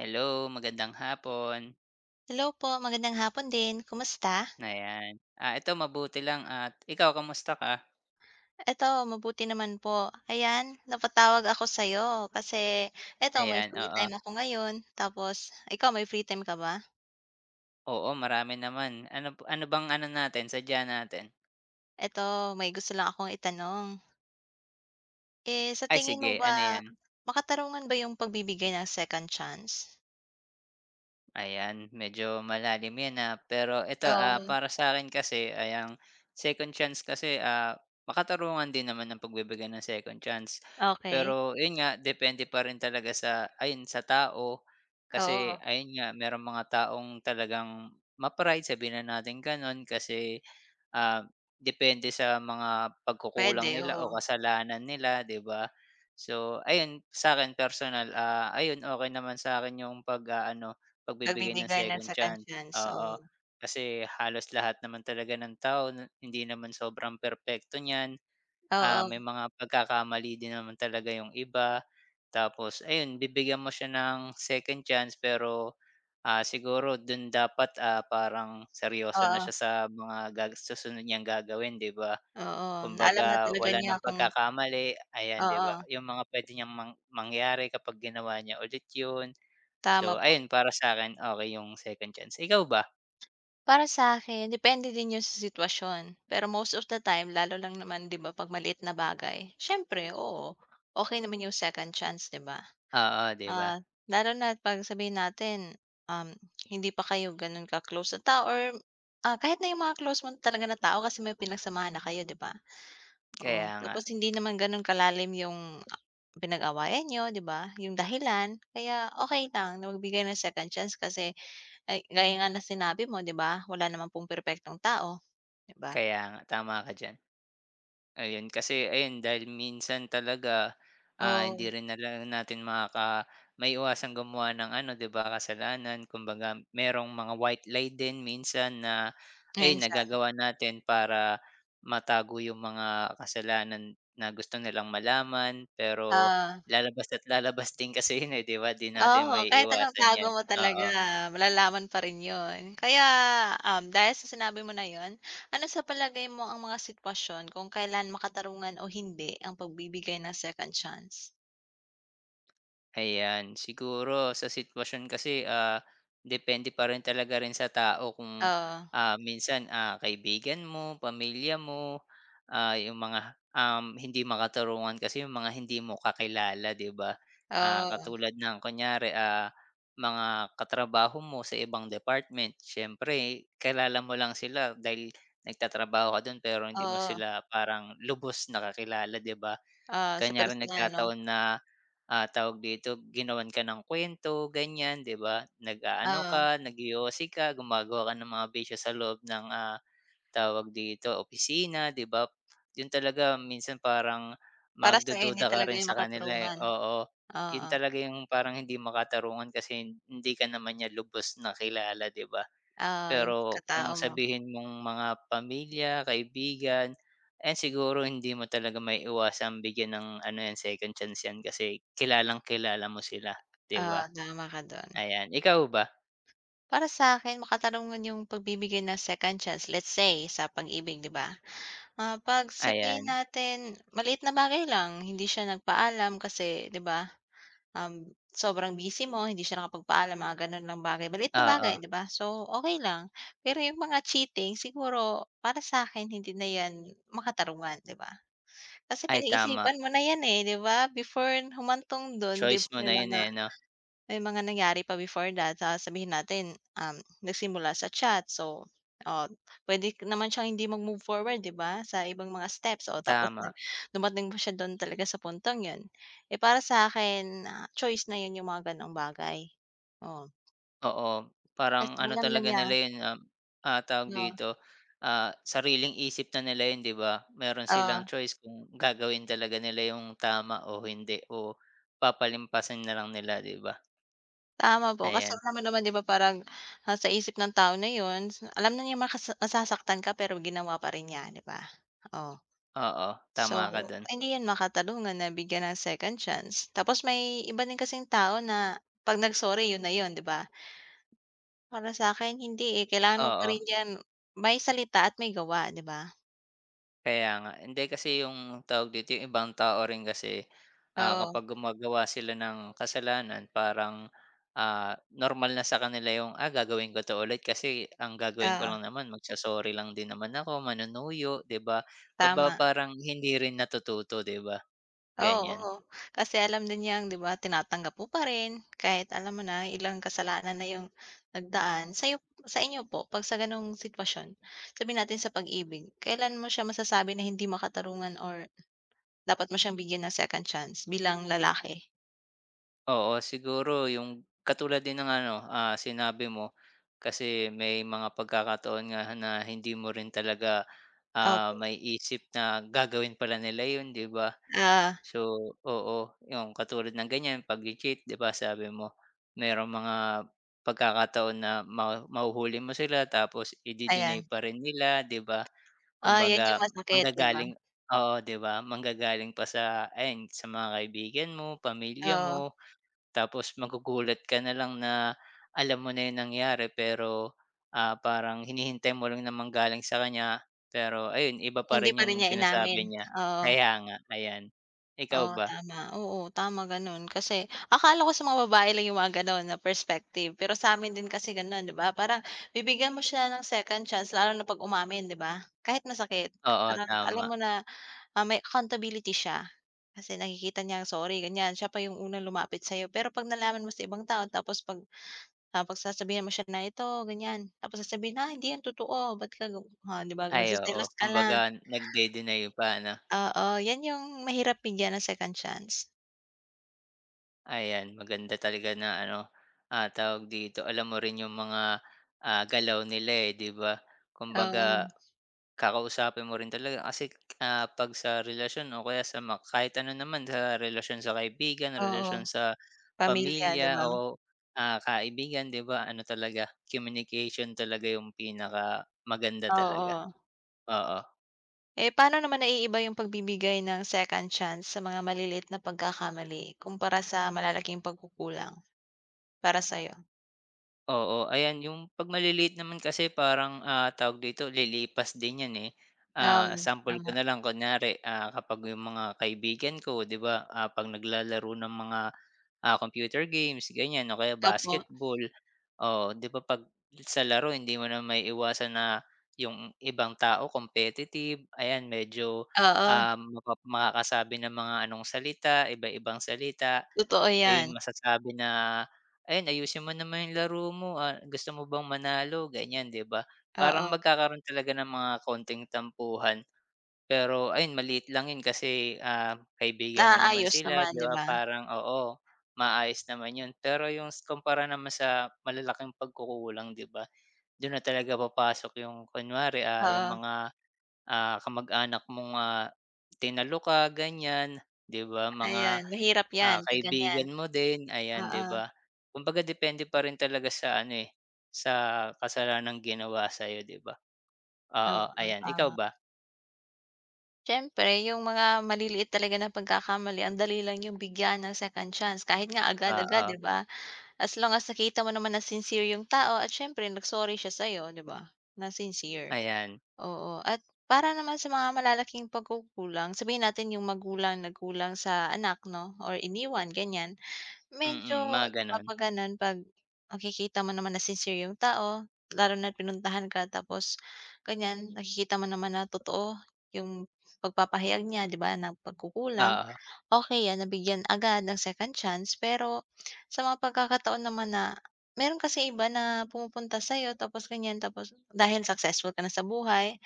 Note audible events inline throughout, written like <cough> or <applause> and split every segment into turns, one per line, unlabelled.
Hello, magandang hapon.
Hello po, magandang hapon din. Kumusta?
Ayan. Ah, ito mabuti lang at ikaw kamusta ka?
Eto mabuti naman po. Ayan, napatawag ako sa'yo kasi eto may
Ayan,
free
oo.
time ako ngayon. Tapos ikaw may free time ka ba?
Oo, marami naman. Ano ano bang ano natin, sadya natin?
Eto may gusto lang akong itanong. Eh, sa
Ay
tingin mo
sige,
ba
ano 'yan?
makatarungan ba yung pagbibigay ng second chance?
Ayan, medyo malalim 'yan, pero ito,
Oo,
para sa'kin kasi ayang second chance kasi, makatarungan din naman ng pagbibigay ng second chance.
okay,
Pero yun nga, depende pa rin talaga sa ayun, sa tao. Kasi
oo,
ayun nga, merong mga taong talagang ma-pride, sabihin na natin gano'n, kasi ah, depende sa mga
pwede
pagkukulang nila
oo.
o kasalanan nila, 'di ba? So, ayun sa akin personal, ayun okey naman sa akin yung pag-aano, pagbibigay ng
Pagbibigay ng
second
second
chance,
chance, oo.
oo. Kasi halos lahat naman talaga ng tao na hindi naman sobrang perpekto niyan. Ah,
Oo,
may mga pagkakamali din naman talaga yung iba. Tapos ayun, bibigyan mo siya ng second chance pero, siguro dun dapat, parang
oo,
seryoso na siya
oo.
sa mga susunod niyang gagawin, 'di ba?
Oo, na alam na
Kumbaga
talaga
wala nang
niya kung
pagkakamali, ayan, 'di ba?
oo,
Yung mga pwede niyang mangyari kapag ginawa niya ulit yun.
tama
So
po.
ayun, para sa akin okay yung second chance. Ikaw ba?
Para sa akin, depende din 'yun sa sitwasyon. Pero most of the time, lalo lang naman 'di ba 'pag maliit na bagay, siyempre oo, okay naman 'yung second chance 'di ba?
Oo, 'di ba?
Ah, lalo na 'pag sabihin natin, um, hindi pa kayo gano'n ka-close na tao or, ah, kahit na 'yung mga close mo talaga na tao kasi may pinagsamahan na kayo 'di ba? Oo,
Kaya nga,
tapos hindi naman gano'n kalalim 'yung ah, pinag-awayan niyo 'di ba, 'yung dahilan. Kaya okey lang na magbigay ng second chance kasi ay, gaya nga ng sinabi mo 'di ba, wala naman pong perpektong tao, 'di ba?
kaya nga, tama ka diyan. Ayun, kasi ayun dahil minsan talaga, hindi
Oo,
rin natin maiiwasang gumawa ng ano 'di ba, kasalanan. Kumbaga merong mga white lie din minsan na ay
minsan,
nagagawa natin para matago yung mga kasalanan na gusto nilang malaman. Pero
oo.
lalabas at lalabas <laughs> din kasi yun, eh, 'di ba? 'Di natin
Oo, kahit anong
maiiwasan
itago
yan,
mo talaga
oo.
malalaman pa rin 'yun. Kaya, dahil sa sinabi mo na 'yun, ano sa palagay mo ang mga sitwasyon kung kailan makatarungan o hindi ang pagbibigay ng second chance?
Ayan, siguro sa sitwasyon kasi, depende pa rin talaga rin sa tao kung,
Oo,
minsan, kaibigan mo, pamilya mo, yung mga, hindi makatarungan kasi yung mga hindi mo kakilala, 'di ba? Ah,
oo,
katulad ng kunyari, mga katrabaho mo sa ibang department, siyempre kilala mo lang sila dahil nagtatrabaho ka dun pero hindi mo
oo,
sila parang lubos nakakilala 'di ba?
oo, sa
Kanya rin
personal 'no?
nagkataon na tawag dito, ginawan ka ng kwento ganyan, 'di ba? Nag-aano
Oo,
ka, nagyosi ka, gumagawa ka ng mga bisyo sa loob ng, tawag dito, opisina, 'di ba? Yun talaga minsan parang
para sa'yo hindi
magdududa ka
talaga
rin
'yun
sa kanila, eh,
makatarungan.
oo. Yun
Oo,
talaga yung parang hindi makatarungan kasi hindi ka naman niya lubos na kilala, 'di ba?
oo, 'yung
Pero
pagkatao
kung
mo.
sabihin mong mga pamilya, kaibigan, ayan siguro hindi mo talaga maiiwasang bigyan ng ano yan, second chance yan kasi kilalang-kilala mo sila, 'di
Oo,
ba?
tama ka do'n.
Ayan, ikaw ba?
Para sa akin makatarungan yung pagbibigay ng second chance, let's say sa pag-ibig, 'di ba? Ah, 'pag sabihin
Ayan,
natin maliit na bagay lang, hindi siya nagpaalam kasi, 'di ba, sobrang busy mo, hindi siya nakapagpaalam, mga gano'n lang bagay, maliit na bagay,
oo.
'di ba? So, okay lang. Pero yung mga cheating siguro para sa akin hindi na 'yan makatarungan, 'di ba? Kasi
Ay tama,
pinag-isipan mo na 'yan, eh, 'di ba? Before humantong do'n, 'di
choice
ba,
mo na yun, eh, 'no?
may mga nangyari pa before that, ah, sabihin natin, nagsimula sa chat. So, oh, puwede naman siyang hindi mag-move forward, 'di ba, sa ibang mga steps. O tapos
Tama.
nag dumating pa siya do'n talaga sa puntong yun. Eh, para sa'kin, ah, choice na yun yung mga gano'ng bagay. Oh,
Oo, parang
kasi
ano
alam na
talaga
niya
nila yun, tawag
oo,
dito, sariling isip na nila yun 'di ba? Meron
oo,
silang choice kung gagawin talaga nila yung tama o hindi o papalimpasin na lang nila 'di ba?
tama po. Kasi
Ayan,
alam mo naman, 'di ba, parang, ah, sa isip ng tao na 'yon, alam na niya makasa masasaktan ka pero ginawa pa rin niya, 'di ba? Oo.
oo, tama
So,
ka dun,
hindi 'yan makatarungan na bigyan ng second chance. Tapos may iba din kasing tao na 'pag nag-sorry 'yun na 'yun, 'di ba? Para sa akin hindi, eh, kailangan mo pa
oo.
rin 'yan may salita at may gawa, 'di ba?
Kaya nga. Hindi kasi yung tawag dito, yung ibang tao rin kasi,
Oo,
kapag gumagawa sila ng kasalanan parang, normal na sa kanila yung, "Ah, gagawin ko 'to ulit kasi ang gagawin ko
oo,
lang naman magso-sorry lang din naman ako, manunuyo," 'di ba? Kaba
tama.
parang hindi rin natututo, 'di ba?
Oo,
Ganyan.
oo. Kasi alam din niyang 'di ba tinatanggap mo pa rin kahit alam mo na ilang kasalanan na 'yung nagdaan. Sa'yo sa inyo po 'pag sa gano'ng sitwasyon, sabihin natin sa pag-ibig, kailan mo siya masasabi na hindi makatarungan or dapat mo siyang bigyan ng second chance bilang lalaki.
Oo, siguro yung katulad din ng ano, sinabi mo, kasi may mga pagkakataon nga na hindi mo rin talaga,
Opo,
may isip na gagawin pala nila yun, 'di ba?
ah,
So, oo, yung katulad ng ganyan pagche-cheat 'di ba sabi mo, merong mga pagkakataon na mahuhuli mo sila tapos ide-deny
ayan.
pa rin nila 'di ba?
Ah, 'yan yung
Kumbaga
masakit, 'di ba?
manggagaling oo 'di ba, manggagaling pa sa ayan sa mga kaibigan mo, pamilya
Oo,
mo, tapos magugulat ka na lang na alam mo na yung nangyari pero, parang hinihintay mo lang na manggaling sa kanya pero ayun iba pa
hindi
rin
pa rin
yung
niya inamin.
sinasabi niya.
Oo,
Kaya nga, ayan. Ikaw
oo,
ba?
tama. Oo, tama gano'n. Kasi akala ko sa mga babae lang yung mga gano'n na perspective, pero sa'min din kasi gano'n, 'di ba? Parang bibigyan mo siya ng second chance lalo na 'pag umamin, 'di ba? Kahit masakit,
Oo,
parang alam
tama.
mo na, ah, may accountability siya. Kasi nakikita niya, sorry, ganyan. Siya pa yung unang lumapit sa'yo. Pero 'pag nalaman mo sa ibang tao tapos 'pag ah, 'pag sasabihan mo siya na, "Ito, ganyan." Tapos sasabihin, "Ah, hindi yan totoo, ba't ka gu" ah, 'di ba
Ay, oo.
nagseselos ka
Kumbaga
lang.
nagde-deny pa ano.
Oo, yan yung mahirap bigyan ng second chance.
Ayan, maganda talaga na ano, tawag dito, alam mo rin yung mga, galaw nila, eh, 'di ba?
Oo,
Kumbaga kakausapin mo rin talaga kasi, 'pag sa relasyon o kaya sa kahit ano naman sa relasyon sa kaibigan,
oo,
relasyon sa
pamilya, 'di
pamilya
ba?
o, kaibigan, 'di ba, ano talaga, communication talaga yung pinaka maganda talaga.
Oo.
Oo.
Eh, paano naman naiiba yung pagbibigay ng second chance sa mga maliliit na pagkakamali kumpara sa malalaking pagkukulang para sa'yo?
Oo, ayan yung 'pag maliliit naman kasi parang, tawag dito lilipas din yan, eh. Ah,
Oo,
sample ko
tama.
na lang kunyari, kapag yung mga kaibigan ko 'di ba, 'pag naglalaro ng mga, computer games ganyan o kaya
Opo,
basketball. Oo, 'di ba 'pag sa laro hindi mo na maiiwasan na yung ibang tao competitive, ayan medyo,
oo,
makakasabi ng mga anong salita, iba-ibang salita.
totoo yan.
Ayun masasabi na, "Ayun ayusin mo naman yung laro mo, gusto mo bang manalo?" Ganyan 'di ba? Parang
Oo,
magkakaroon talaga ng mga konting tampuhan, pero ayun maliit lang yun kasi, kaibigan mo naman
naayos
sila
naman,
'di
'di
ba
ba?
parang oo, maayos naman yun. Pero yung kumpara naman sa malalaking pagkukulang 'di ba, dun na talaga papasok yung kunwari, yung
Oo,
mga kamag-anak mong, tinalo ka ganyan, 'di ba, mga,
ayan mahirap yan 'pag ganyan,
kaibigan mo din, ayan, 'di
oo.
ba? Kumbaga depende pa rin talaga sa ano, eh, sa kasalanang ginawa sa'yo, 'di ba? Oo,
Oo,
ayan, ikaw
tama.
ba?
Siyempre yung mga maliliit talaga na pagkakamali ang dali lang yung bigyan ng second chance kahit nga agad-agad,
Oo,
'di ba? As long as nakita mo naman na sincere yung tao at siyempre nag-sorry siya sa'yo, 'di ba? Na sincere,
ayan,
oo. At para naman sa mga malalaking pagkukulang, sabihin natin yung magulang nagkulang sa anak 'no or iniwan, ganyan. Medyo
mga
'di ba
gano'n.
'pag gano'n, 'pag nakikita mo naman na sincere yung tao, lalo na't pinuntahan ka tapos ganyan, nakikita mo naman na totoo yung pagpapahayag niya 'di ba, ng pagkukulang,
Oo,
okey yan nabigyan agad ng second chance. Pero sa mga pagkakataon naman na meron kasing iba na pumupunta sa'yo tapos ganyan, tapos dahil successful ka na sa buhay,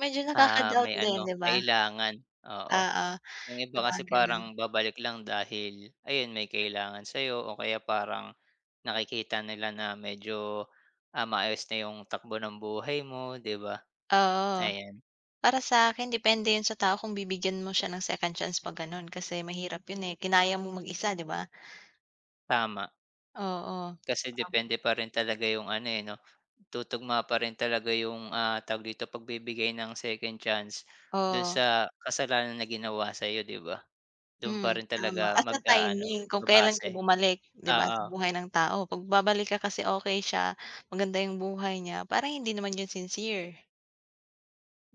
medyo nakaka-doubt
may
din
ano,
'di ba?
kailangan, oo.
Oo,
Yung iba
yung mga
kasi
gano'n,
parang babalik lang dahil ayun, may kailangan sa'yo o kaya parang nakikita nila na medyo, maayos na yung takbo ng buhay mo, 'di ba?
oo.
Ayan,
Para sa akin depende 'yun sa tao kung bibigyan mo siya ng second chance 'pag gano'n kasi mahirap 'yun, eh, kinaya mo mag-isa 'di ba?
tama.
Oo.
Kasi depende pa rin talaga yung ano, eh, 'no, tutugma pa rin talaga yung, tawag dito, pagbibigay ng second chance dun
Oo,
sa kasalanan na ginawa sa'yo, 'di ba? Dun
hmm,
pa rin
tama
talaga
at sa
mag-aano,
timing kung kailan ka
babase.
bumalik 'di ba, sa
Oo,
buhay ng tao. 'Pag babalik ka kasi okay siya, maganda 'yung buhay niya, parang hindi naman 'yun sincere.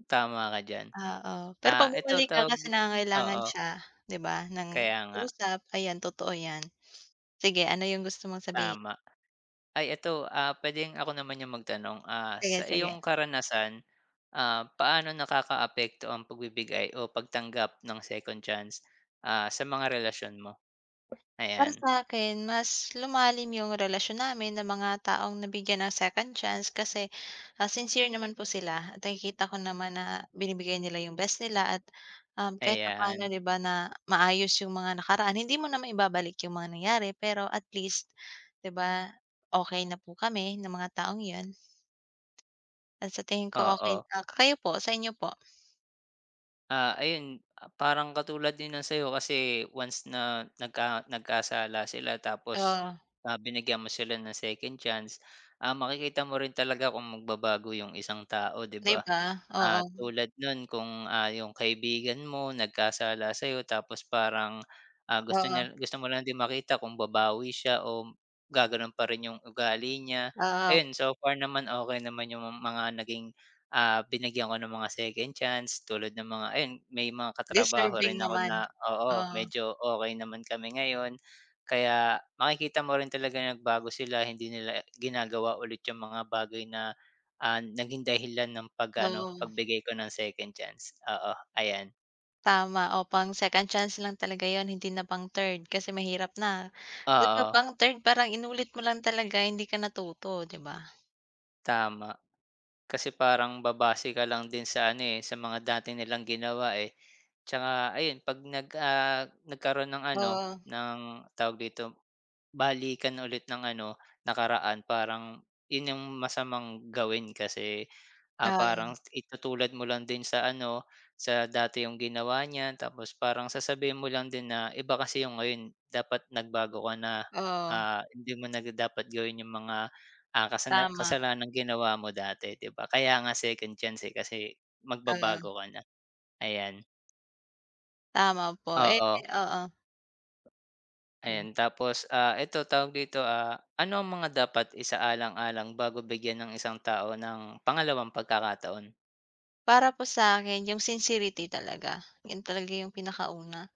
tama ka diyan.
Oo, pero
Ah,
'pag
eto
bumalik ka
tawag
kasi
di
nangangailangan
oo,
siya 'di ba ng
kaya nga,
usap, ayan totoo 'yan. Sige ano 'yung gusto mong sabihin?
tama. Ay eto, puwedeng ako naman yung magtanong,
Sige,
sa
sige.
iyong karanasan. Ah, paano nakakaapekto ang pagbibigay o pagtanggap ng second chance, sa mga relasyon mo?
Para
Ayan,
sa akin mas lumalim yung relasyon namin ng mga taong nabigyan ng second chance kasi, ah, sincere naman po sila at nakikita ko naman na binibigay nila yung best nila at, kahit na paano
ayan,
'di ba na maayos yung mga nakaraan. Hindi mo naman ibabalik yung mga nangyari pero at least 'di ba, okay na po kami ng mga taong yun at sa tingin ko okay
oo.
na ah, kayo po, sa inyo po?
Ah, ayun, parang katulad din ng sa'yo kasi once na nagkasala sila tapos,
Oo,
binigyan mo sila ng second chance, makikita mo rin talaga kung magbabago yung isang tao, 'di
'di
ba?
ba?
Ah,
Oo,
tulad nun kung, yung kaibigan mo nagkasala sa'yo tapos parang,
oo,
gusto mo lang din makita kung babawi siya o gaganon pa rin yung ugali niya.
oo,
Ayun, so far naman okey naman yung mga naging, binigyan ko ng mga second chance tulad ng mga ayun, may mga katrabaho rin
deserving
ako
naman.
na oo,
Oo,
medyo okey naman kami ngayon. Kaya makikita mo rin talaga nagbago sila, hindi nila ginagawa ulit yung mga bagay na naging dahilan ng pag-ano,
oo.
pagbigay ko ng second chance, oo, ayan.
Tama, o pang second chance lang talaga yon hindi na pang third kasi mahirap na. 'Di ba
Oo,
pang third parang inulit mo lang talaga hindi ka natuto, 'di ba?
tama. Kasi parang babase ka lang din sa ano, eh, sa mga dati nilang ginawa, eh. Tsaka ayun 'pag nagkaroon ng ano,
Oo,
ng tawag dito balikan ulit ng ano, nakaraan parang 'yun yung masamang gawin kasi,
oo,
parang itutulad mo lang din sa ano, sa dati yung ginawa niya tapos parang sasabihin mo lang din na iba kasi yung ngayon dapat nagbago ka na,
oo,
hindi mo na dapat gawin yung mga,
tama,
kasalanang ginawa mo dati 'di ba? Kaya nga second chance, eh, kasi
oo,
magbabago ka na, ayan.
tama po. Eh,
Oo.
oo.
Ayan, tapos, eto tawag dito, ano ang mga dapat isaalang-alang bago bigyan ng isang tao ng pangalawang pagkakataon?
Para po sa akin yung sincerity talaga, yun talaga yung pinakauna.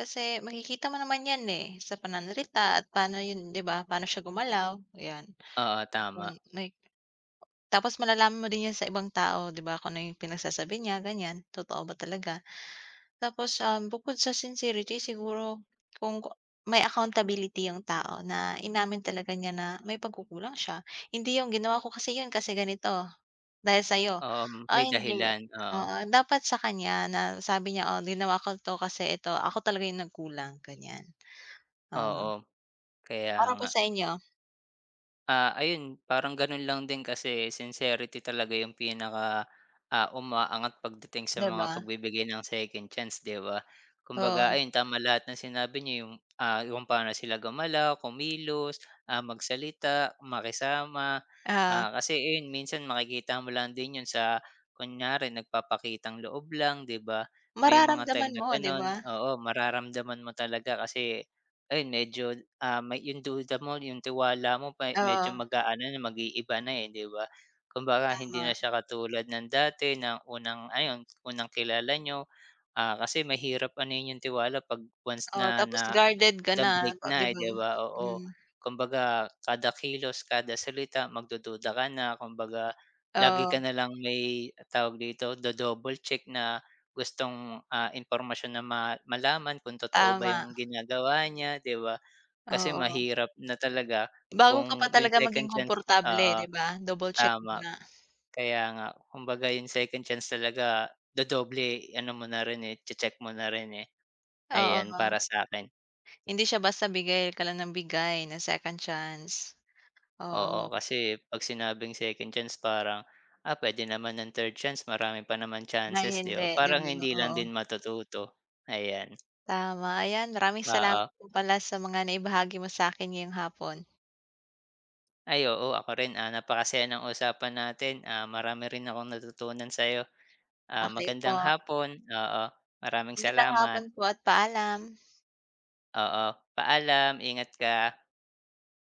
Kasi makikita mo naman yan, eh, sa pananalita at paano yun 'di ba, paano siya gumalaw, yan.
Oo, tama.
Kung may tapos malalaman mo din yan sa ibang tao 'di ba, kung ano yung pinagsasabi niya, ganyan, totoo ba talaga. Tapos, bukod sa sincerity siguro kung ku- may accountability yung tao na inamin talaga niya na may pagkukulang siya. Hindi yung ginawa ko kasi yun kasi ganito dahil sa'yo.
Oo,
Ah,
may
hindi.
dahilan, oo.
Oo, dapat sa kanya na sabi niya, "Oh, ginawa ko 'to kasi ito, ako talaga yung nagkulang." Ganyan, oo.
Oo, kaya
Para po
nga.
sa inyo,
Ah, ayun parang gano'n lang din kasi sincerity talaga yung pinaka, umaangat pagdating sa
'di
mga
ba?
pagbibigay ng second chance 'di ba? Kumbaga
Oo,
ayun tama lahat ng sinabi niyo yung, yung paano sila gumalaw, kumilos, magsalita, makisama.
ah,
Ah, kasi ayun minsan makikita mo lang din yun sa kunyari nagpapakitang loob lang 'di ba? May mga time
mararamdaman
na
mo, 'di
gano'n,
ba?
oo mararamdaman mo talaga kasi ayun medyo, may yung duda mo, yung tiwala mo pa
Oo,
medyo mag-aano na mag-iiba na, eh, 'di ba? Kumbaga hindi na
tama.
siya katulad ng dati na unang ayun, unang kilala niyo, kasi mahirap ano yun yung tiwala 'pag once
Oo,
na
tapos
na
guarded ka
the
na,
break
'di
na, eh,
ba?
'di ba? Oo.
Hmm,
Kumbaga kada kilos, kada salita magdududa ka na, kumbaga lagi ka
oo,
na lang may tawag dito, do-double check na gustong, impormasyon na malaman kung totoo ba
tama,
yung ginagawa niya, 'di ba? Kasi
oo.
mahirap na talaga
Bago ka pa
kung yung
talaga
second
maging
chance
komportable,
ah ah,
'di ba? Double check
tama.
muna.
Kaya nga, kumbaga yung second chance talaga double ano mo na rin, eh, check mo na rin, eh.
Oo,
Ayan para sa akin.
hindi siya basta bigay ka lang ng bigay ng second chance.
Oo,
Oo,
kasi 'pag sinabing second chance parang, puwede naman ng third chance marami pa naman
na
chances 'di ba,
hindi, 'di
parang
ba?
hindi lang
Oo,
din matututo, ayan.
tama. Ayan, maraming
Oo,
salamat po pala sa mga naibahagi mo sa akin ngayong hapon.
ay oo ako rin, napakasaya ng usapan natin, marami rin akong natutunan sa'yo. Ah,
Okey po.
magandang hapon, oo, maraming
Magandang
salamat.
hapon po at paalam.
Oo, paalam, ingat ka.